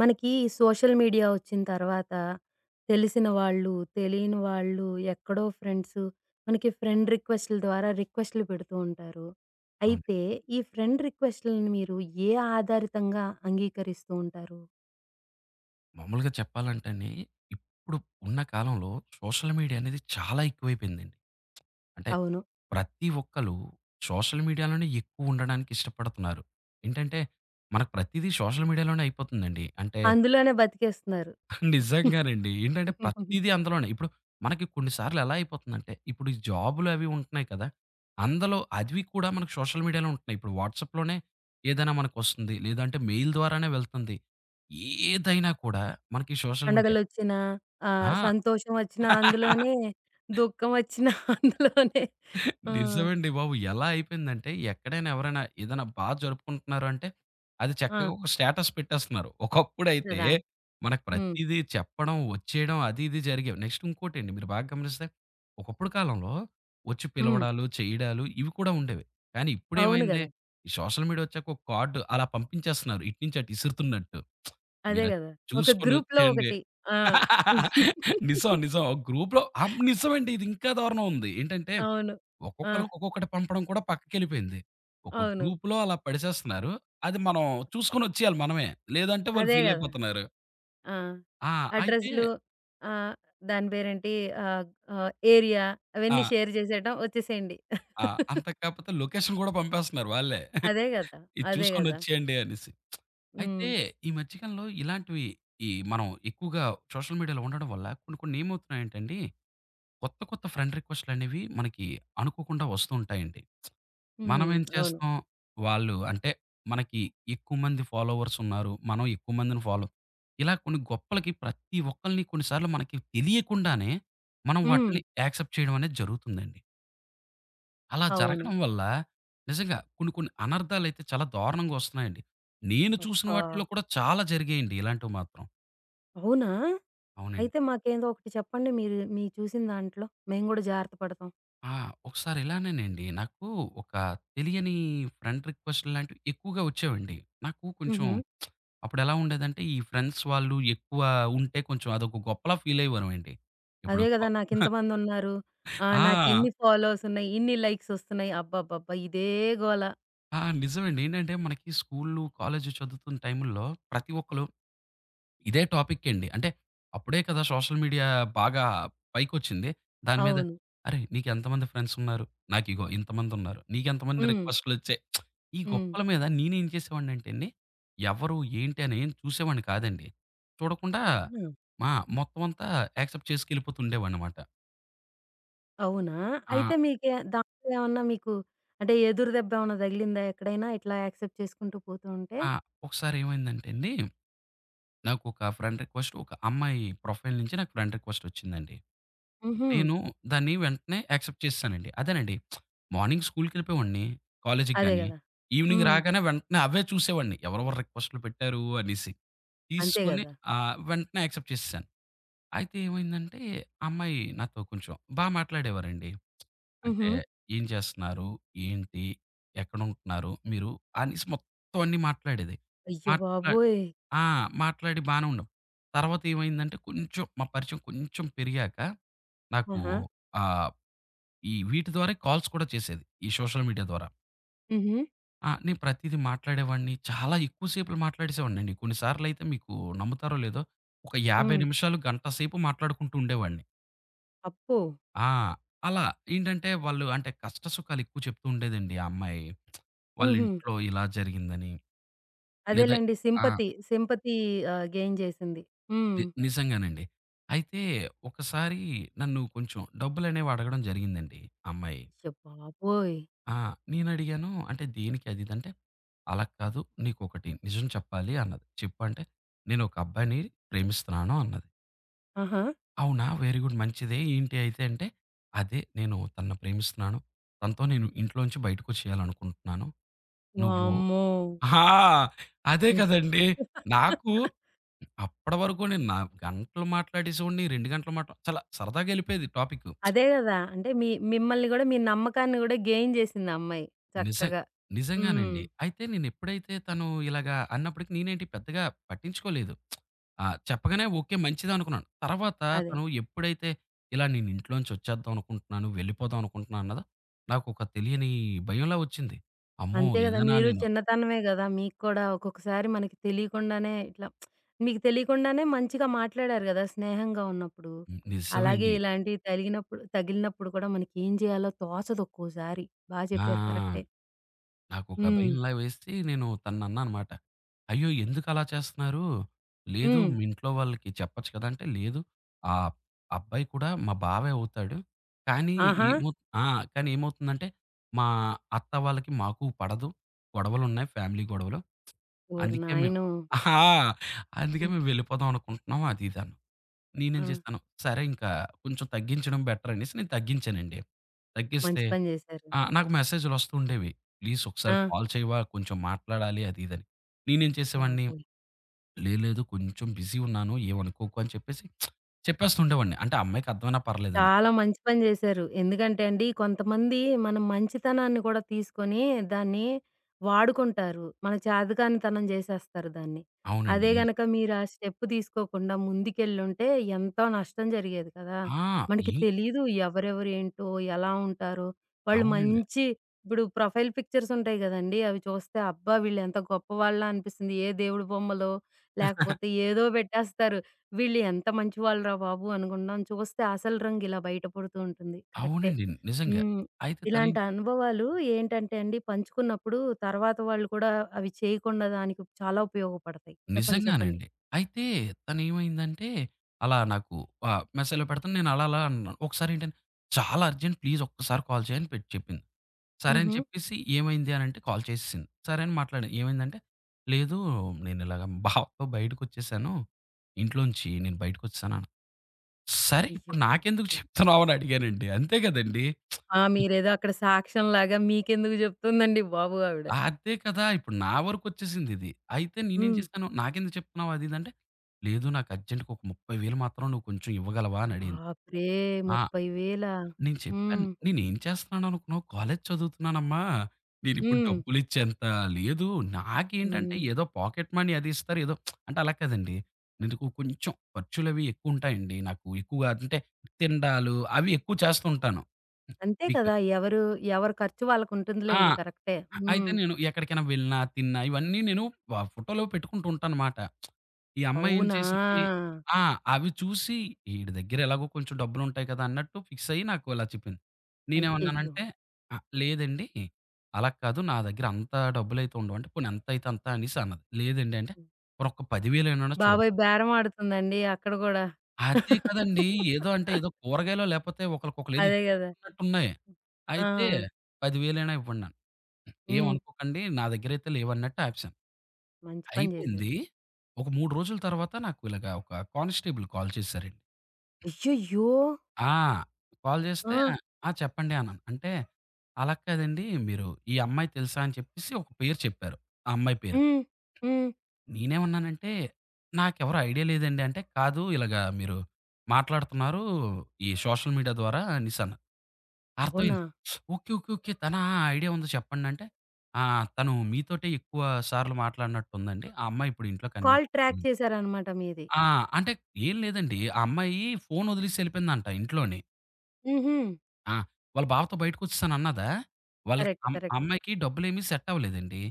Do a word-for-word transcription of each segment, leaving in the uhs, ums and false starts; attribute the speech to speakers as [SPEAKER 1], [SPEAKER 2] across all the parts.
[SPEAKER 1] మనకి social media వచ్చిన తర్వాత తెలిసిన వాళ్ళు, తెలియని వాళ్ళు, ఎక్కడో ఫ్రెండ్స్ మనకి ఫ్రెండ్ రిక్వెస్ట్‌ల ద్వారా రిక్వెస్ట్‌లు పెడుతూ ఉంటారు.
[SPEAKER 2] అవునండి.
[SPEAKER 1] అయితే ఈ ఫ్రెండ్ రిక్వెస్ట్‌లని మీరు ఏ ఆధారితంగా అంగీకరిస్తూ ఉంటారు?
[SPEAKER 2] మామూలుగా చెప్పాలంటేనే ఇప్పుడు ఉన్న కాలంలో సోషల్ మీడియా అనేది చాలా ఎక్కువైపోయిందండి. అంటే
[SPEAKER 1] అవును.
[SPEAKER 2] ప్రతి ఒక్కళ్ళు సోషల్ మీడియాలోనే ఎక్కువ ఉండడానికి ఇష్టపడుతున్నారు. ఏంటంటే మనకు ప్రతీదీ సోషల్ మీడియాలోనే అయిపోతుందండి. అంటే
[SPEAKER 1] అందులోనే బతికేస్తున్నారు.
[SPEAKER 2] నిజంగానండి. ఏంటంటే ప్రతీదీ అందులోనే. ఇప్పుడు మనకి కొన్ని సార్లు ఎలా అయిపోతుందంటే ఇప్పుడు ఈ జాబులు అవి ఉంటున్నాయి కదా! అందులో అవి కూడా మనకు సోషల్ మీడియాలో ఉంటున్నాయి. ఇప్పుడు వాట్సాప్‌లోనే ఏదైనా మనకొస్తుంది. లేదంటే మెయిల్ ద్వారానే వెళ్తుంది. ఏదైనా కూడా మనకి సోషల్ మీడియా.
[SPEAKER 1] పండగలొచ్చినా, ఆహ్,
[SPEAKER 2] ఆ!
[SPEAKER 1] సంతోషం వచ్చినా అందులోనే, దుఃఖం వచ్చినా అందులోనే. ఆ!
[SPEAKER 2] నిజమండి బాబు. ఎలా అయిపోయిందంటే ఎక్కడైనా ఎవరైనా ఏదైనా బా జరుపుకుంటున్నారు అంటే, అది
[SPEAKER 1] ఆ!
[SPEAKER 2] చక్కగా ఒక స్టేటస్ పెట్టేస్తున్నారు. ఒకప్పుడైతే
[SPEAKER 1] కదా!
[SPEAKER 2] మనకు
[SPEAKER 1] హ్మ్.
[SPEAKER 2] ప్రతీదీ చెప్పడం, వచ్చేయడం అది ఇది జరిగేవి. నెక్స్ట్ ఇంకోటండి మీరు బాగా గమనిస్తే, ఒకప్పుడు కాలంలో వచ్చి
[SPEAKER 1] హ్మ్.
[SPEAKER 2] పిలవడాలు, చేయడాలు ఇవి కూడా ఉండేవి. కానీ
[SPEAKER 1] అవును
[SPEAKER 2] ఇప్పుడేమైంది
[SPEAKER 1] గదా!
[SPEAKER 2] ఈ సోషల్ మీడియా వచ్చాక ఒక కార్డ్ అలా పంపించేస్తున్నారు. ఇటు నుంచి అటు ఇసురుతున్నట్టు.
[SPEAKER 1] అదే
[SPEAKER 2] మీరది
[SPEAKER 1] గదా! ఒక
[SPEAKER 2] చూసుకొని
[SPEAKER 1] గ్రూప్‌లో
[SPEAKER 2] వచ్చేయండి.
[SPEAKER 1] ఒకటి. ఆ!
[SPEAKER 2] నిజం. నిజం. ఒక గ్రూప్‌లో అం నిజమండి, ఇది ఇంకా దారుణం ఉంది. ఏంటంటే
[SPEAKER 1] అవును. ఆ!
[SPEAKER 2] ఒక్కొక్కళ్ళకి ఒక్కొక్కటి పంపడం కూడా పక్కకెళ్ళిపోయింది. ఒక
[SPEAKER 1] అవును.
[SPEAKER 2] గ్రూప్‌లో అలా పడేసేస్తున్నారు. అది మనం చూసుకొనొచ్చేయాలి మనమే. లేదంటే వాళ్ళు
[SPEAKER 1] అదే గదా!
[SPEAKER 2] ఫీలయిపోతున్నారు.
[SPEAKER 1] ఆ!
[SPEAKER 2] ఆ! అయితే
[SPEAKER 1] అడ్రెస్‌లు ఆహ్, దాని పేరేంటి? ఆహ్, ఆహ్, ఏరియా
[SPEAKER 2] ఆ!
[SPEAKER 1] అవన్నీ షేర్ చేసేయటం వచ్చేసేయండి.
[SPEAKER 2] ఆ! అంతకు కాపోతే లొకేషన్ గూడా పంపేస్తున్నారు వాళ్ళే.
[SPEAKER 1] అదే గదా!
[SPEAKER 2] ఇది
[SPEAKER 1] అదే గదా!
[SPEAKER 2] చూసుకొనొచ్చేయండి అనేసి.
[SPEAKER 1] హ్మ్.
[SPEAKER 2] అయితే ఈ మధ్య కాలంలో ఇలాంటివి ఈ మనం ఎక్కువగా సోషల్ మీడియాలో ఉండడం వల్ల కొన్ని కొన్ని ఏమవుతున్నాయంటే అండి, కొత్త కొత్త ఫ్రెండ్ రిక్వెస్ట్‌లనేవి మనకి అనుకోకుండా వస్తూ ఉంటాయండి.
[SPEAKER 1] హ్మ్.
[SPEAKER 2] మనమేం
[SPEAKER 1] అవును.
[SPEAKER 2] చేస్తాం? వాళ్ళు అంటే మనకి ఎక్కువ మంది ఫాలోవర్స్ ఉన్నారు. మనం ఎక్కువ మందిని ఫాలో ఇలా కొన్ని గొప్పలకి ప్రతి ఒక్కళ్ళని కొన్ని సార్లు మనకి తెలియకుండానే మనం
[SPEAKER 1] హ్మ్.
[SPEAKER 2] వాటిని యాక్సెప్ట్ చేయడం అనేది జరుగుతుందండి. అలా
[SPEAKER 1] అవును.
[SPEAKER 2] జరగడం వల్ల నిజంగా కొన్ని కొన్ని అనర్థాలైతే చాలా దారుణంగా వస్తున్నాయండి. నేను చూసిన
[SPEAKER 1] అబ్బా!
[SPEAKER 2] వాటిల్లో కూడా చాలా జరిగాయండి ఇలాంటివి మాత్రం.
[SPEAKER 1] అవునా?
[SPEAKER 2] అవునండి.
[SPEAKER 1] అయితే మాకేదో ఒకటి చెప్పండి మీరు మీ చూసిన దాంట్లో. మేము గూడా జాగ్రత్త పడతాం.
[SPEAKER 2] ఆ! ఒకసారి ఇలానేనండి నాకు ఒక తెలియని ఫ్రెండ్ రిక్వెస్ట్ లాంటివి ఎక్కువగా వచ్చేవండి. నాకు కొంచెం
[SPEAKER 1] హుహు.
[SPEAKER 2] అప్పుడెలా ఉండేదంటే ఈ ఫ్రెండ్స్ వాళ్ళు ఎక్కువ ఉంటే కొంచెం అదొక గొప్పలా ఫీల్ అయ్యేవారమండి. ఇప్పుడు
[SPEAKER 1] అదే
[SPEAKER 2] కొ
[SPEAKER 1] గదా! నాకింతమందున్నారు. ఆ!
[SPEAKER 2] ఆ!
[SPEAKER 1] నాకిన్ని ఫాలోవర్స్ ఉన్నాయి. ఇన్ని లైక్స్ ఒస్తున్నాయి. అబ్బబ్బబ్బా! ఇదే గోల.
[SPEAKER 2] ఆ! నిజమండి. ఏంటంటే మనకి స్కూలు, కాలేజు చదువుతున్న టైముల్లో ప్రతి ఒక్కళ్ళు ఇదే టాపిక్కేండి. అంటే అప్పుడే కదా సోషల్ మీడియా బాగా పైకొచ్చింది. దాని మీద
[SPEAKER 1] అవును.
[SPEAKER 2] "అరేయ్! నీకెంతమంది ఫ్రెండ్సున్నారు? నాకిగో ఇంతమందున్నారు. నీకెంతమంది
[SPEAKER 1] హ్మ్.
[SPEAKER 2] రిక్వెస్టులొచ్చాయి?" ఈ
[SPEAKER 1] హ్మ్.
[SPEAKER 2] గొప్పల మీద నేనేం చేసేవాడినంటే అండి, ఎవరు, ఏంటి అని ఏం చూసేవాడిని కాదండి. చూడకుండా
[SPEAKER 1] అవునా?
[SPEAKER 2] మా మొత్తం అంతా యాక్సెప్ట్ చేసుకెళ్ళిపోతుండేవాడినమాట.
[SPEAKER 1] అవునా? అయితే
[SPEAKER 2] ఆ!
[SPEAKER 1] మీకే దాంట్లో ఏమన్నా మీకు అంటే ఎదురు దెబ్బ ఏమన్నా తగిలిందా ఎక్కడైనా ఇట్లా యాక్సెప్ట్ చేసుకుంటూ పోతూ ఉంటే?
[SPEAKER 2] ఆ! ఒకసారేమైందంటే అండి, నాకొక ఫ్రెండ్ రిక్వెస్ట్ ఒక అమ్మాయి ప్రొఫైల్ నుంచి నాకు ఫ్రెండ్ రిక్వెస్టొచ్చిందండి.
[SPEAKER 1] హుహు.
[SPEAKER 2] నేను దాన్ని వెంటనే యాక్సెప్ట్ చేసేసానండి. అదేనండి. మార్నింగ్ స్కూల్‌కెళ్ళిపోయేవాడిని. కాలేజికి
[SPEAKER 1] అదే
[SPEAKER 2] గాని.
[SPEAKER 1] గదా!
[SPEAKER 2] ఈవినింగ్
[SPEAKER 1] హ్మ్.
[SPEAKER 2] రాగానే వెంటనే అవే చూసేవాడిని. ఎవరెవరు రిక్వెస్ట్‌లు పెట్టారు అనేసి.
[SPEAKER 1] అంతే
[SPEAKER 2] తీసుకొని
[SPEAKER 1] గదా!
[SPEAKER 2] ఆహ్, వెంటనే యాక్సెప్ట్ చేసేసాను. అయితే ఏమైందంటే ఆ అమ్మాయి నాతో కొంచెం బా మాట్లాడేవారండి. అంటే
[SPEAKER 1] హుహు.
[SPEAKER 2] ఏం చేస్తున్నారు? ఏంటి? ఎక్కడుంటున్నారు మీరు? అనేసి మొత్తం అన్నీ మాట్లాడేది.
[SPEAKER 1] అయ్య
[SPEAKER 2] మాట్లా
[SPEAKER 1] బాబోయ్!
[SPEAKER 2] ఆ! మాట్లాడి బానే ఉండం. తర్వాత ఏమైందంటే కొంచెం మా పరిచయం కొంచెం పెరిగాక నాకు
[SPEAKER 1] ఆహా!
[SPEAKER 2] ఆహ్ ఈ వీటి ద్వారా కాల్స్ కూడా చేసేది. ఈ సోషల్ మీడియా ద్వారా.
[SPEAKER 1] హుహు.
[SPEAKER 2] ఆ! నేను ప్రతీదీ మాట్లాడేవాడిని. చాలా ఎక్కువ సేపులు మాట్లాడేసేవాడినండి. కొన్ని సార్లయితే మీకు నమ్ముతారో లేదో ఒక యాభై
[SPEAKER 1] హ్మ్.
[SPEAKER 2] నిమిషాలు, గంట సేపు మాట్లాడుకుంటూ ఉండేవాడిని.
[SPEAKER 1] అబ్బో!
[SPEAKER 2] ఆ! అలా ఏంటంటే వాళ్ళు అంటే కష్ట సుఖాలు ఎక్కువ చెప్తూ ఉండేదండి ఆ అమ్మాయి. వాళ్ళ
[SPEAKER 1] హుహు.
[SPEAKER 2] ఇంట్లో ఇలా జరిగిందని లేదా
[SPEAKER 1] అదేలెండి,
[SPEAKER 2] ఆ!
[SPEAKER 1] సింపతి. సింపతి ఆహ్, గెయిన్ జేసింది. హ్మ్.
[SPEAKER 2] ని నిజంగానండి. అయితే ఒకసారి నన్ను కొంచెం డబ్బులనేవి అడగడం జరిగిందండి ఆ అమ్మాయి.
[SPEAKER 1] అయ్య బాబోయ్!
[SPEAKER 2] ఆ! నేనడిగాను అంటే దేనికి అది ఇది అంటే, అలా కాదు నీకొకటి నిజం చెప్పాలి అన్నది. చెప్పంటే, నేనొక అబ్బాయిని ప్రేమిస్తున్నాను అన్నది.
[SPEAKER 1] ఆహా!
[SPEAKER 2] అవునా! వెరీ గుడ్ మంచిదే ఏంటి అయితే అంటే, అదే నేను తనని ప్రేమిస్తున్నాను. తనతో నేను ఇంట్లోంచి బయటకొచ్చేయాలనుకుంటున్నాను. నువ్వు
[SPEAKER 1] వామ్మో!
[SPEAKER 2] ఆ! అదే కదండీ! నాకు అప్పటి వరకు నేను నా గంటలు మాట్లాడేసేవాడిని, రెండు గంటలు మాట్లా చాలా సరదాగా ఎళ్ళిపోయేది టాపిక్.
[SPEAKER 1] అదే గదా! అంటే మీ మిమ్మల్ని గూడా మీ నమ్మకాన్ని గూడా గెయిన్ జేసింది ఆ అమ్మాయి
[SPEAKER 2] నిజం
[SPEAKER 1] చక్కగా. హ్మ్.
[SPEAKER 2] నిజంగానండి. అయితే నేనెప్పుడైతే తను ఇలాగా అన్నప్పటికి నేనేంటి పెద్దగా పట్టించుకోలేదు. ఆ! చెప్పగానే ఓకే మంచిదనుకున్నాను. తర్వాత
[SPEAKER 1] అదే.
[SPEAKER 2] తను ఎప్పుడైతే ఇలా నేను ఇంట్లోంచొచ్చేద్దాం అనుకుంటున్నాను, వెళ్ళిపోదాం అనుకుంటున్నాను అన్నదో నాకొక తెలియని భయంలా వచ్చింది. అమ్మో!
[SPEAKER 1] అంతే గదా!
[SPEAKER 2] ఏదైనా
[SPEAKER 1] మీరు
[SPEAKER 2] నేను
[SPEAKER 1] చిన్నతనమే గదా! మీకు కూడా ఒక్కొక్కసారి మనకి తెలియకుండానే ఇట్లా మీకు తెలియకుండానే మంచిగా మాట్లాడారు గదా! స్నేహంగా ఉన్నప్పుడు. అలాగే
[SPEAKER 2] నిజమండి.
[SPEAKER 1] ఇలాంటివి తలిగినప్పుడు తగిలినప్పుడు కూడా మనకేం జేయాలో తోచదు ఒక్కోసారి. బా చెప్పారు,
[SPEAKER 2] ఆ!
[SPEAKER 1] కరెక్టే.
[SPEAKER 2] నాకొక
[SPEAKER 1] హ్మ్.
[SPEAKER 2] భయంలా వేసి నేను తననన్నానమాట. "అయ్యో! ఎందుకలా చేస్తున్నారు? లేదు
[SPEAKER 1] హ్మ్.
[SPEAKER 2] మీ ఇంట్లో వాళ్ళకి చెప్పొచ్చు కదా!" అంటే, "లేదు ఆ అబ్బాయి కూడా మా బావే అవుతాడు. కానీ
[SPEAKER 1] ఆహా!
[SPEAKER 2] ఏమౌ ఆ! కానీ ఏమవుతుందంటే, మా అత్త వాళ్ళకి మాకు పడదు. గొడవలున్నాయి ఫ్యామిలీ గొడవలు.
[SPEAKER 1] ఓరి
[SPEAKER 2] అందుకే మేము"
[SPEAKER 1] నాయనో!
[SPEAKER 2] ఆ! "అందుకే
[SPEAKER 1] హ్మ్.
[SPEAKER 2] మేము వెళ్ళిపోదాం అనుకుంటున్నాం." అది ఇది అన్నాం.
[SPEAKER 1] ఆ!
[SPEAKER 2] నేనేం చేశాను, సరే ఇంకా కొంచెం తగ్గించడం బెటర్ అనేసి నేను తగ్గించానండి.
[SPEAKER 1] మంచి
[SPEAKER 2] తగ్గిస్తే
[SPEAKER 1] పని జేశారు.
[SPEAKER 2] ఆ! నాకు మెసేజ్‌లు వస్తూ ఉండేవి. "ప్లీజ్
[SPEAKER 1] ఆ!
[SPEAKER 2] ఒకసారి కాల్ చేయవా? కొంచెం మాట్లాడాలి" అది ఇదని. నేనేం చేసేవాడిని,
[SPEAKER 1] బాబోయ్!
[SPEAKER 2] "లేదు లేదు కొంచెం బిజీ ఉన్నాను ఏమనుకోకు" అని చెప్పేసి చెప్పేస్తూ ఉండేవాడిని. అంటే ఆ అమ్మాయికి అర్థమైనా పర్లేదని.
[SPEAKER 1] చాలా మంచి పని జేశారు. ఎందుకంటే అండి, కొంతమంది మన మంచితనాన్ని కూడా తీసుకొని దాన్ని వాడుకుంటారు. మన చేతకానితనం జేసేస్తారు దాన్ని.
[SPEAKER 2] అవునండి.
[SPEAKER 1] అదే
[SPEAKER 2] నిజ
[SPEAKER 1] గనక మీరు ఆ స్టెప్ తీసుకోకుండా ముందుకెళ్ళుంటే ఎంతో నష్టం జరిగేది కదా!
[SPEAKER 2] ఆ!
[SPEAKER 1] మనకి
[SPEAKER 2] ఈ
[SPEAKER 1] తెలీదు ఎవరెవరు ఏంటో, ఎలా ఉంటారో, వాళ్ళు
[SPEAKER 2] అవునండి.
[SPEAKER 1] మంచి ఇప్పుడు ప్రొఫైల్ పిక్చర్స్ ఉంటాయి గదండీ! అవి చూస్తే అబ్బా! వీళ్ళెంత గొప్పవాళ్ళా అనిపిస్తుంది. ఏ దేవుడి బొమ్మలో లేకపోతే ఏదో పెట్టేస్తారు. వీళ్ళు ఎంత మంచి వాళ్ళురా బాబు! అనుకుంటాం. చూస్తే అసలు రంగు ఇలా బయట పడుతూ ఉంటుంది. కరెక్టే.
[SPEAKER 2] అవునండి. నిజంగా.
[SPEAKER 1] హ్మ్.
[SPEAKER 2] అయితే తనేం
[SPEAKER 1] ఇలాంటి అనుభవాలు ఏంటంటే అండి పంచుకున్నప్పుడు తర్వాత వాళ్ళు కూడా అవి చేయకుండా దానికి చాలా ఉపయోగపడతాయి. చెప్పండి. చెప్పండి.
[SPEAKER 2] నిజంగానండి. అయితే తనేమైందంటే, అలా నాకు ఆహ్, మెసేజ్‌లో పెడతను. నేను అలా అలా అన్నాను. ఒకసారేంటంటే, "చాలా అర్జెంట్ ప్లీజ్ ఒక్కసారి కాల్ చేయి" అని పెట్ చెప్పింది. సరే అని
[SPEAKER 1] హుహు.
[SPEAKER 2] చెప్పేసి ఏమైంది అనంటే కాల్ చేసేసింది. సరే అని మాట్లాడాను. ఏమైందంటే, "లేదు నేను ఇలాగ బావతో బయటకొచ్చేసాను. ఇంట్లోంచి నేను బయటకొచ్చేసాను" అన్నా. సరే
[SPEAKER 1] అయ్య
[SPEAKER 2] ఇప్పుడు నాకెందుకు
[SPEAKER 1] బాబోయ్!
[SPEAKER 2] చెప్తున్నావని అడిగానండి. అంతే కదండీ!
[SPEAKER 1] ఆ! మీరేదో అక్కడ సాక్ష్యంలాగా మీకెందుకు చెప్తుందండి బాబు ఆవిడ.
[SPEAKER 2] ఆ! అదే కదా! ఇప్పుడు నా వరకొచ్చేసిందిది. అయితే నేనేం
[SPEAKER 1] హ్మ్.
[SPEAKER 2] చేశాను, "నాకెందుకు చెప్తున్నావు అది ఇది" అంటే, "లేదు నాకు అర్జెంట్‌గా ఒక ముప్ఫై వేలు మాత్రం నువ్వు కొంచెం ఇవ్వగలవా" అని అడిగింది.
[SPEAKER 1] బాప్రే!
[SPEAKER 2] ఆ!
[SPEAKER 1] ముప్పై వేలు.
[SPEAKER 2] నేను చెప్పాను,
[SPEAKER 1] హ్మ్.
[SPEAKER 2] "నేనేం చేస్తున్నాను అనుకున్నావు? కాలేజ్ చదువుతున్నానమ్మా. నేనిప్పుడు
[SPEAKER 1] హ్మ్.
[SPEAKER 2] డబ్బులిచ్చేంత లేదు. నాకేంటంటే
[SPEAKER 1] హ్మ్.
[SPEAKER 2] ఏదో పాకెట్ మనీ అది ఇస్తారు ఏదో" అంటే అలా కాదండి. నీకు కొంచెం ఖర్చులవి ఎక్కువుంటాయండి. నాకు ఎక్కువగా అంటే తిండాలు అవి ఎక్కువ చేస్తూ ఉంటాను.
[SPEAKER 1] అంతే
[SPEAKER 2] మీకు
[SPEAKER 1] కదా! ఎవరు ఎవరి ఖర్చు
[SPEAKER 2] ఆ!
[SPEAKER 1] వాళ్ళకుంటుందిలేండి. కరెక్టే.
[SPEAKER 2] అయితే
[SPEAKER 1] హ్మ్.
[SPEAKER 2] నేను ఎక్కడికైనా వెళ్ళినా, తిన్నా ఇవన్నీ నేను వ ఫోటోలో పెట్టుకుంటూ ఉంటానమాట. ఈ అమ్మాయి ఏం
[SPEAKER 1] అవునా!
[SPEAKER 2] చేసింది ఆ! అవి చూసి ఈడి దగ్గర ఎలాగో కొంచెం డబ్బులుంటాయి కదా! అన్నట్టు ఫిక్స్ అయ్యి నాకు ఇలా చెప్పింది.
[SPEAKER 1] అయ్యయ్యో!
[SPEAKER 2] నేనేమన్నానంటే ఆహ్, లేదండి. అలా కాదు నా దగ్గర అంత డబ్బులైతే ఉండవు. అంటే పోనీ ఎంతైతే అంత అనేసి అన్నది. లేదండి అంటే పోనీ ఒక పది వేలు చూడండి.
[SPEAKER 1] బాబాయ్ బేరం ఆడుతుందండి అక్కడ గూడా.
[SPEAKER 2] అదే కదండీ! ఏదో అంటే ఏదో కూరగాయలో లేపోతే ఒకళ్ళకొకళ్ళు ఏదో
[SPEAKER 1] అదే గదా!
[SPEAKER 2] ఇచ్చుకుంటున్నట్టున్నాయి.
[SPEAKER 1] ఆ!
[SPEAKER 2] అయితే పది వేలు ఇవ్వండి.
[SPEAKER 1] హ్మ్.
[SPEAKER 2] ఏమనుకోకండి నా దగ్గరైతే లేవన్నట్టు ఆపేసాను.
[SPEAKER 1] మంచి పని జేశారు.
[SPEAKER 2] అయిపోయింది. ఒక మూడు రోజుల తర్వాత నాకు ఇలాగ ఒక కానిస్టేబుల్ కాల్ చేశారండి.
[SPEAKER 1] అయ్యయ్యో!
[SPEAKER 2] ఆ! కాల్
[SPEAKER 1] ఆ!
[SPEAKER 2] చేస్తే "ఆ! చెప్పండి" అన్నాను. అంటే "అలా కాదండి మీరు ఈ అమ్మాయి తెలుసా?" అని చెప్పేసి ఒక పేరు చెప్పారు. ఆ అమ్మాయి పేరు.
[SPEAKER 1] హ్మ్. హ్మ్.
[SPEAKER 2] నేనేమన్నానంటే, "నాకెవరు ఐడియా లేదండి" అంటే, "కాదు ఇలాగా మీరు మాట్లాడుతున్నారు ఈ సోషల్ మీడియా ద్వారా" అనేసన్నా.
[SPEAKER 1] అవునా!
[SPEAKER 2] అర్థమైంది. ఓకే. ఓకే. ఓకే. తనా ఆ! ఐడియా ఉంది చెప్పండంటే, "ఆ! తను మీతోటే ఎక్కువ సార్లు మాట్లాడినట్టుందండి. ఆ అమ్మాయి ఇప్పుడు ఇంట్లో
[SPEAKER 1] కాల్ ట్రాక్
[SPEAKER 2] కనిపించట్లేదు."
[SPEAKER 1] చేశారనమాట మీది.
[SPEAKER 2] ఆ! అంటే ఏం లేదండి. ఆ అమ్మాయి ఫోనొదిలేసి ఎళ్ళిపోయిందంట ఇంట్లోనే.
[SPEAKER 1] హుహు.
[SPEAKER 2] ఆ! వాళ్ళ బావతో బయటకొచ్చేసానన్నదా, వాళ్ళకి
[SPEAKER 1] కరెక్ట్.
[SPEAKER 2] అమ్ ఆ
[SPEAKER 1] కరెక్ట్.
[SPEAKER 2] అమ్మాయికి డబ్బులేమి సెట్ అవ్వలేదండి.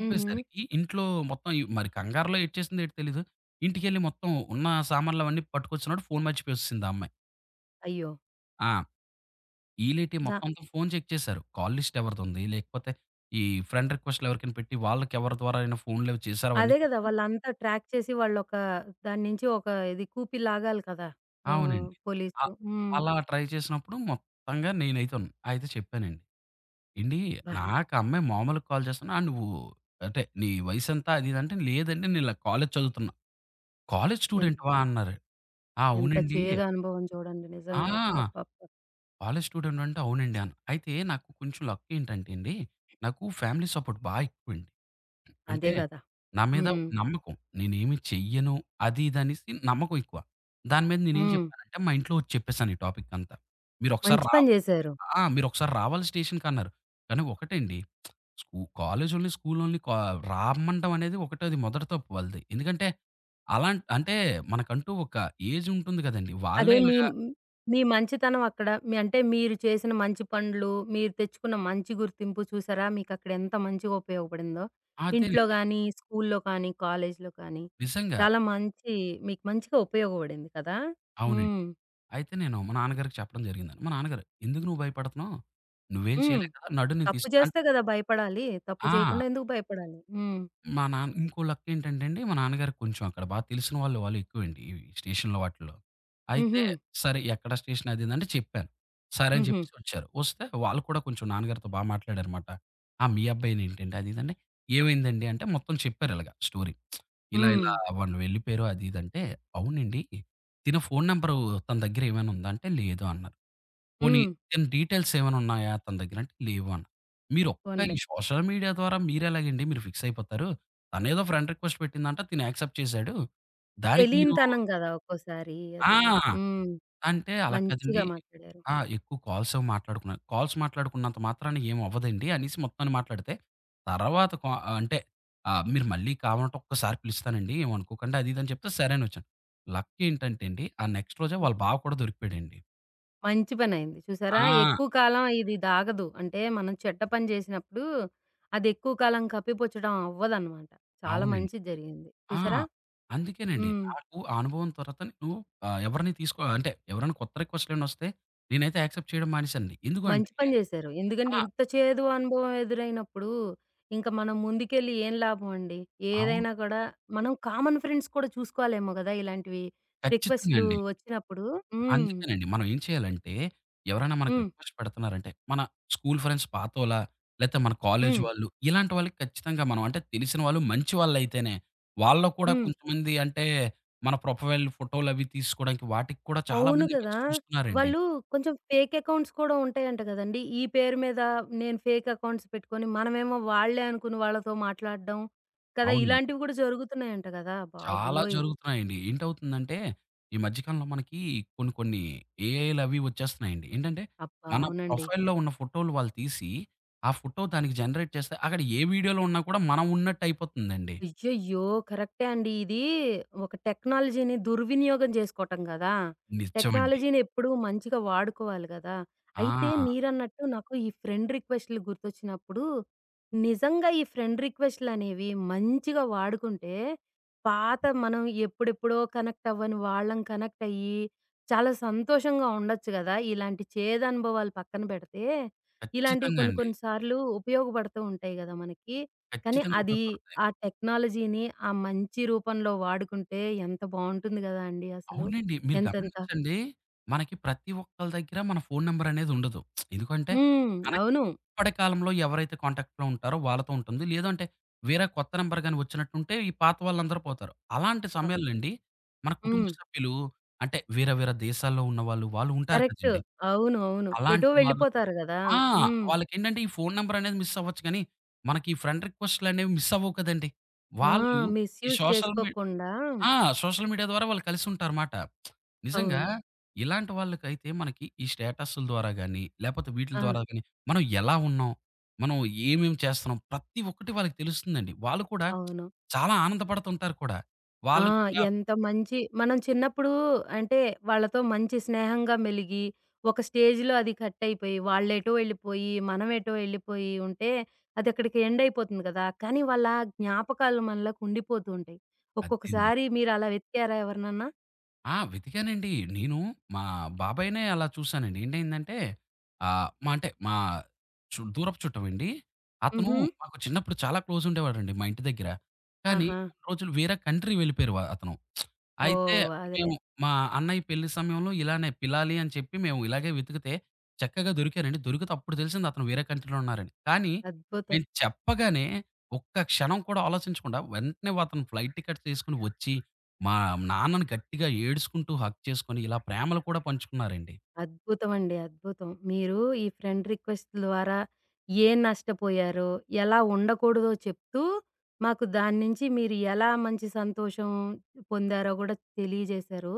[SPEAKER 1] హుహు.
[SPEAKER 2] ఇంట్లో మొత్తం ఇ మరి కంగారులో ఏడ్చేసిందో ఏటో తెలీదు. ఇంటికెళ్ళి మొత్తం ఉన్న సామాన్లవన్నీ పట్టుకొచ్చినప్పుడు ఫోన్ మర్చిపోయేసేసింది ఆ అమ్మాయి.
[SPEAKER 1] అయ్యో!
[SPEAKER 2] ఆ! ఈళ్ళేటి
[SPEAKER 1] దా
[SPEAKER 2] మొత్తం అంతా ఫోన్ చెక్ చేశారు. కాల్ లిస్ట్ ఎవరిదుంది, లేకపోతే ఈ ఫ్రెండ్ రిక్వెస్ట్‌లు ఎవరికైనా పెట్టి వాళ్ళకి ఎవరి ద్వారా అయినా ఫోన్‌లేవో చేశారా అవన్నీ
[SPEAKER 1] అదే గదా!
[SPEAKER 2] చూస్తే
[SPEAKER 1] వాళ్ళంతా ట్రాక్ చేసి వాళ్ళొక దాని నుంచి ఒక ఇది కూపి లాగాలి కదా! ఆహ్,
[SPEAKER 2] అవునండి. అ
[SPEAKER 1] పోలీసులు. హ్మ్.
[SPEAKER 2] అలా ట్రై చేసినప్పుడు మొత్తంగా నేనైతే ఉన్ అయితే చెప్పానండి. ఏండి
[SPEAKER 1] అబ్బా!
[SPEAKER 2] నాకు ఆ అమ్మాయి మామూలుగా కాల్ చేస్తున్నా. "ఆ! నువ్వు అంటే నీ వయసెంత?" అది ఇది అంటే, "లేదండి నేను ఇలా కాలేజ్ చదువుతున్నా." "కాలేజ్
[SPEAKER 1] ఎంత
[SPEAKER 2] స్టూడెంట్‌వా?" అన్నారు. "ఆ!
[SPEAKER 1] ఎంత
[SPEAKER 2] అవునండి."
[SPEAKER 1] చేదు అనుభవం చూడండి
[SPEAKER 2] "ఆ!
[SPEAKER 1] నిజంగా. అబ్బబ్బబ్బా!
[SPEAKER 2] కాలేజ్ స్టూడెంట్ అంటే అవునండి" అన్నా. అయితే నాకు కొంచెం లక్ ఏంటంటే అండి, నాకు ఫ్యామిలీ సపోర్ట్ బా ఎక్కువండి.
[SPEAKER 1] అదే
[SPEAKER 2] అంటే
[SPEAKER 1] గదా!
[SPEAKER 2] నా మీద
[SPEAKER 1] హ్మ్.
[SPEAKER 2] ఒక నమ్మకం. నేనేమి చెయ్యను అది ఇది అనేసి నమ్మకం ఎక్కువ. దాని మీద నేనేం
[SPEAKER 1] హ్మ్.
[SPEAKER 2] చెప్పానంటే మా ఇంట్లో వచ్చి చెప్పేసాను ఈ టాపిక్ అంతా. "మీరొకసారి
[SPEAKER 1] మంచి
[SPEAKER 2] రా
[SPEAKER 1] పని జేశారు.
[SPEAKER 2] ఆ! మీరొకసారి రావాలి స్టేషన్‌కి" అన్నారు. కానీ ఒకటండి స్కూ కాలేజోళ్ళని, స్కూలోళ్ళని కా రమ్మంటం అనేది ఒకటది మొదటి తప్పు వాళ్ళది. ఎందుకంటే, అలాం అంటే మనకంటూ ఒక ఏజుంటుంది కదండీ!
[SPEAKER 1] అదే
[SPEAKER 2] వాళ్ళే
[SPEAKER 1] మీ
[SPEAKER 2] ఇలాగా
[SPEAKER 1] మీ మంచితనం అక్కడ మీ అంటే మీరు చేసిన మంచి పనులు, మీరు తెచ్చుకున్న మంచి గుర్తింపు చూసారా? మీకక్కడ ఎంత మంచిగా ఉపయోగపడిందో. ఇంట్లో
[SPEAKER 2] అదేనండి.
[SPEAKER 1] గానీ, స్కూల్లో కానీ, కాలేజీలో కానీ
[SPEAKER 2] నిజంగా.
[SPEAKER 1] చాలా మంచి మీకు మంచిగా ఉపయోగపడింది కదా!
[SPEAKER 2] అవునండి.
[SPEAKER 1] హ్మ్.
[SPEAKER 2] అయితే నేను మా నాన్నగారికి చెప్పడం జరిగిందండి. మా నాన్నగారు "ఎందుకు నువ్వు భయపడుతున్నావు? నువ్వేం
[SPEAKER 1] హ్మ్.
[SPEAKER 2] చేయలేవు కదా! నడు నేను
[SPEAKER 1] తప్పు
[SPEAKER 2] తీసుకు" అన్
[SPEAKER 1] చేస్తే గదా భయపడాలి. తప్పు
[SPEAKER 2] ఆ!
[SPEAKER 1] చేయకుండా ఎందుకు భయపడాలి? హ్మ్.
[SPEAKER 2] మా నాన్న ఇంకో లక్కేంటంటే అండి, మా నాన్నగారికి కొంచెం అక్కడ బా తెలిసిన వాళ్ళు, వాళ్ళు ఎక్కువండి ఈ స్టేషన్‌లో వాటిల్లో. అయితే
[SPEAKER 1] హుహు.
[SPEAKER 2] సరే ఎక్కడ స్టేషన్ అది ఇది అంటే చెప్పాను. సరే అని
[SPEAKER 1] హుహు.
[SPEAKER 2] చెప్పేసి వచ్చారు. వస్తే వాళ్ళు కూడా కొంచెం నాన్నగారితో బా మాట్లాడారనమాట. "ఆ! మీ అబ్బాయేనేంటండి?" అది ఇది అంటే, "ఏమైందండి?" అంటే మొత్తం చెప్పారిలాగ స్టోరీ. ఇలా
[SPEAKER 1] హ్మ్.
[SPEAKER 2] ఇలా వాళ్ళు వెళ్ళిపోయారు అది ఇది అంటే, "అవునండి తిన ఫోను నంబరు తన దగ్గర ఏమైనా ఉందా?" అంటే, "లేదు" అన్నారు. పోనీ
[SPEAKER 1] హ్మ్.
[SPEAKER 2] తన డీటెయిల్స్ ఏమైనా ఉన్నాయా తన దగ్గర? అంటే లేవు అన్నా. మీరొక్క
[SPEAKER 1] పోనీలే.
[SPEAKER 2] ఈ సోషల్ మీడియా ద్వారా మీరెలాగండి మీరు ఫిక్స్ అయిపోతారు. తనేదో ఫ్రెండ్ రిక్వెస్ట్ పెట్టిందంట తిను యాక్సెప్ట్ చేసాడు. దానికి మీరు
[SPEAKER 1] తెలియనితనం గదా! ఒక్కోసారి అది.
[SPEAKER 2] ఆ!
[SPEAKER 1] హ్మ్.
[SPEAKER 2] అంటే అలా
[SPEAKER 1] మంచిగా
[SPEAKER 2] కాదండి.
[SPEAKER 1] మాట్లాడారు.
[SPEAKER 2] ఆ! ఎక్కువ కాల్స్ అవి మాట్లాడుకున్నారు. కాల్స్ మాట్లాడుకున్నంత మాత్రాన ఏమి అవ్వదండి అనేసి మొత్తాన్ని మాట్లాడితే, తర్వాత కా అంటే ఆహ్, మీరు మళ్ళీ కావాలంటే ఒక్కసారి పిలుస్తానండి ఏమనుకోకండి అది ఇది అని చెప్తే సరే అనొచ్చాను. లక్ ఏంటంటే అండి ఆ నెక్స్ట్ రోజే
[SPEAKER 1] హ్మ్.
[SPEAKER 2] వాళ్ళ బావ కూడా దొరికిపోయాడండి.
[SPEAKER 1] మంచి పనయింది. చూసారా?
[SPEAKER 2] ఆ!
[SPEAKER 1] ఎక్కువ కాలం ఇది దాగదు. అంటే మనం చెడ్డ పని జేసినప్పుడు అది ఎక్కువ కాలం కప్పిపుచ్చడం అవ్వదనమాట. చాలా
[SPEAKER 2] అవునండి.
[SPEAKER 1] మంచిది జరిగింది.
[SPEAKER 2] ఆ!
[SPEAKER 1] చూసారా?
[SPEAKER 2] అందుకేనండి.
[SPEAKER 1] హ్మ్.
[SPEAKER 2] నాకు ఆ అనుభవం తర్వాత నేను ఆహ్, ఎవరిని తీసుకో అంటే ఎవరైనా కొత్త రిక్వెస్ట్‌లేవన్నొస్తే నేనైతే యాక్సెప్ట్ చేయడం మానేశానండి. ఎందుకు
[SPEAKER 1] మంచి
[SPEAKER 2] అంటే
[SPEAKER 1] పని జేశారు. ఎందుకంటే
[SPEAKER 2] ఆ!
[SPEAKER 1] ఇంత చేదు అనుభవం ఎదురైనప్పుడు ఇంక మనం ముందుకెళ్ళి ఏం లాభం అండి?
[SPEAKER 2] అవును.
[SPEAKER 1] ఏదైనా కూడా మనం కామన్ ఫ్రెండ్స్ కూడా చూసుకోవాలేమో గదా! ఇలాంటివి
[SPEAKER 2] ఖచ్చితంగా
[SPEAKER 1] రిక్వెస్ట్‌లు
[SPEAKER 2] అండి.
[SPEAKER 1] వచ్చినప్పుడు. హ్మ్.
[SPEAKER 2] అందుకేనండి. మనం ఏం చేయాలంటే ఎవరైనా మనకు
[SPEAKER 1] హ్మ్.
[SPEAKER 2] రిక్వెస్ట్ పెడుతున్నారంటే మన స్కూల్ ఫ్రెండ్స్ పాతోలా, లేతే మన కాలేజీ
[SPEAKER 1] హ్మ్.
[SPEAKER 2] వాళ్ళు ఇలాంటి వాళ్ళకి ఖచ్చితంగా మనం అంటే తెలిసిన వాళ్ళు మంచి వాళ్ళైతేనే. వాళ్ళలో కూడా
[SPEAKER 1] హ్మ్.
[SPEAKER 2] కొంతమంది అంటే మన ప్రొఫైల్ ఫోటోలవి తీసుకోవడానికి వాటికి కూడా చాలా
[SPEAKER 1] అవును
[SPEAKER 2] మంది ఈ
[SPEAKER 1] కదా!
[SPEAKER 2] మధ్య చూస్తున్నారండి.
[SPEAKER 1] వాళ్ళు కొంచెం ఫేక్ అకౌంట్స్ కూడా ఉంటాయంట గదండీ. ఈ పేరు మీద నేను ఫేక్ అకౌంట్స్ పెట్టుకొని, మనమేమో వాళ్ళే అనుకుని వాళ్ళతో మాట్లాడడం కదా!
[SPEAKER 2] అవునండి.
[SPEAKER 1] ఇలాంటివి గూడా జరుగుతున్నాయంట గదా!
[SPEAKER 2] చాలా
[SPEAKER 1] బాబోయ్!
[SPEAKER 2] జరుగుతున్నాయండి. ఏంటవుతుందంటే, ఈ మధ్య కాలంలో మనకి కొన్ని కొన్ని ఏఐలవి వచ్చేస్తున్నాయండి. ఏంటంటే,
[SPEAKER 1] అబ్బా!
[SPEAKER 2] మన
[SPEAKER 1] అవునండి.
[SPEAKER 2] ప్రొఫైల్‌లో ఉన్న ఫోటోలు వాళ్ళు తీసి, ఆ ఫోటో దానికి జనరేట్ చేస్తే, అక్కడ ఏ వీడియోలో ఉన్నా కూడా మనం ఉన్నట్టయిపోతుందండి.
[SPEAKER 1] అయ్యయ్యో! కరెక్టే అండి. ఇది ఒక టెక్నాలజీని దుర్వినియోగం చేసుకోవటం కదా!
[SPEAKER 2] నిజమండి.
[SPEAKER 1] టెక్నాలజీని ఎప్పుడూ మంచిగా వాడుకోవాలి కదా! అయితే
[SPEAKER 2] ఆ!
[SPEAKER 1] మీరన్నట్టు నాకు ఈ ఫ్రెండ్ రిక్వెస్ట్‌లు గుర్తొచ్చినప్పుడు, నిజంగా ఈ ఫ్రెండ్ రిక్వెస్ట్‌లనేవి మంచిగా వాడుకుంటే, పాత మనం ఎప్పుడెప్పుడో కనెక్ట్ అవ్వని వాళ్ళం కనెక్ట్ అయ్యి, చాలా సంతోషంగా ఉండొచ్చు గదా! ఇలాంటి చేదనుభవాలు పక్కన పెడితే, ఇలాంటివి
[SPEAKER 2] ఖచ్చితంగా
[SPEAKER 1] కొన్ని
[SPEAKER 2] అండి.
[SPEAKER 1] కొన్ని సార్లు ఉపయోగపడుతూ ఉంటాయి గదా మనకి. కానీ
[SPEAKER 2] ఖచ్చితంగా
[SPEAKER 1] అది
[SPEAKER 2] ఉపయోగపడతాయి.
[SPEAKER 1] ఆ టెక్నాలజీని ఆ మంచి రూపంలో వాడుకుంటే ఎంత బావుంటుంది గదా అండి అసలు.
[SPEAKER 2] అవునండి. మీరు
[SPEAKER 1] ఎంతెంత
[SPEAKER 2] గమనించండి. మనకి ప్రతి ఒక్కళ్ళ దగ్గర మన ఫోను నంబర్ అనేది ఉండదు. ఎందుకంటే
[SPEAKER 1] హ్మ్.
[SPEAKER 2] మనకి
[SPEAKER 1] అవును.
[SPEAKER 2] ఇప్పటి కాలంలో ఎవరైతే కాంటాక్ట్‌లో ఉంటారో వాళ్ళతో ఉంటుంది. లేదు అంటే వేరే కొత్త నంబర్ గాని వచ్చినట్టుంటే ఈ పాత వాళ్ళందరూ పోతారు. అలాంటి
[SPEAKER 1] అవ్
[SPEAKER 2] సమయాల్లో అండి మన కుటుంబ
[SPEAKER 1] హ్మ్.
[SPEAKER 2] సభ్యులు అంటే వేరే వేరే దేశాల్లో ఉన్నవాళ్ళు, వాళ్ళు వాళ్ళు ఉంటారు
[SPEAKER 1] కరెక్ట్.
[SPEAKER 2] కదండీ!
[SPEAKER 1] అవును. అవును. ఎటో
[SPEAKER 2] అలాంటి వాళ్ళు
[SPEAKER 1] వెళ్ళిపోతారు గదా!
[SPEAKER 2] ఆ!
[SPEAKER 1] హ్మ్.
[SPEAKER 2] వాళ్ళకేంటంటే ఈ ఫోను నంబర్ అనేది మిస్ అవ్వచ్చు కానీ మనకి ఈ ఫ్రెండ్ రిక్వెస్ట్‌లనేవి మిస్ అవ్వవు కదండీ!
[SPEAKER 1] ఆ!
[SPEAKER 2] వాళ్ళు ఈ
[SPEAKER 1] మిస్‌యూజ్
[SPEAKER 2] సోషల్ మీ
[SPEAKER 1] చేసుకోకుండా
[SPEAKER 2] ఆ! సోషల్ మీడియా ద్వారా వాళ్ళు కలిసుంటారుమాట. నిజంగా
[SPEAKER 1] అవును.
[SPEAKER 2] ఇలాంటి వాళ్ళకైతే మనకి ఈ స్టేటస్‌ల ద్వారా గాని, లేపోతే వీటిల
[SPEAKER 1] ఆ!
[SPEAKER 2] ద్వారా గాని మనం ఎలా ఉన్నాం? మనం ఏమేం చేస్తున్నాం? ప్రతి ఒక్కటి వాళ్ళకి తెలుస్తుందండి. వాళ్ళు కూడా
[SPEAKER 1] అవును.
[SPEAKER 2] చాలా ఆనందపడుతుంటారు కూడా.
[SPEAKER 1] ఆ!
[SPEAKER 2] వాళ్ళు కూడా
[SPEAKER 1] ఎంత మంచి మనం చిన్నప్పుడు అంటే వాళ్ళతో మంచి స్నేహంగా మెలిగి, ఒక స్టేజ్‌లో అది కట్టయిపోయి, వాళ్ళెటో వెళ్ళిపోయి, మనం ఎటో వెళ్ళిపోయి ఉంటే, అదక్కడికి ఎండ్ అయిపోతుంది కదా! కానీ వాళ్ళ జ్ఞాపకాలు మనలోకి ఉండిపోతూ ఉంటాయి.
[SPEAKER 2] అదేండి.
[SPEAKER 1] ఒక్కొక్కసారి మీరలా వెతికారా ఎవరినన్నా?
[SPEAKER 2] ఆ! వెతికానండి. నేను మా బాబాయినే అలా చూసానండి. ఏంటయిందంటే ఆహ్, మా అంటే మా చు దూరపు చుట్టమండి. అతను
[SPEAKER 1] హుహు.
[SPEAKER 2] హ్మ్. మాకు చిన్నప్పుడు చాలా క్లోజ్ ఉండేవాడండి మా ఇంటి దగ్గర. కానీ
[SPEAKER 1] ఆహా!
[SPEAKER 2] కొన్ని రోజులు వేరే కంట్రీ వెళ్ళిపోయారు వ అతను. అయితే
[SPEAKER 1] ఓహ్! అదిలే.
[SPEAKER 2] మేము మా అన్నయ్య పెళ్లి సమయంలో ఇలానే పిల్లాలి అని చెప్పి మేము ఇలాగే వెతికితే చక్కగా దొరికారండి. దొరికితే అప్పుడు తెలిసింది అతను వేరే కంట్రీలో ఉన్నారని. కానీ
[SPEAKER 1] అద్భుతం.
[SPEAKER 2] మేము చెప్పగానే ఒక్క క్షణం కూడా ఆలోచించకుండా వెంటనే అతను ఫ్లైట్ టికెట్స్ తీసుకొని వచ్చి మా నాన్నని గట్టిగా ఏడుసుకుంటూ హగ్ చేసుకొని ఇలా ప్రేమలు కూడా పంచుకున్నారండి.
[SPEAKER 1] అద్భుతమండి. అద్భుతం. మీరు ఈ ఫ్రెండ్ రిక్వెస్ట్ ద్వారా ఏం నష్టపోయారో, ఎలా ఉండకూడదో చెప్తూ, మాకు దాని నుంచి మీరు ఎలా మంచి సంతోషం పొందారో గూడా తెలియజేశారు.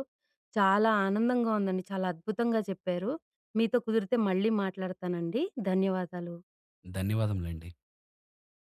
[SPEAKER 1] చాలా ఆనందంగా ఉందండి. చాలా అద్భుతంగా చెప్పారు. మీతో కుదిరితే మళ్ళీ మాట్లాడతానండి. ధన్యవాదాలు.
[SPEAKER 2] ధన్యవాదములండి.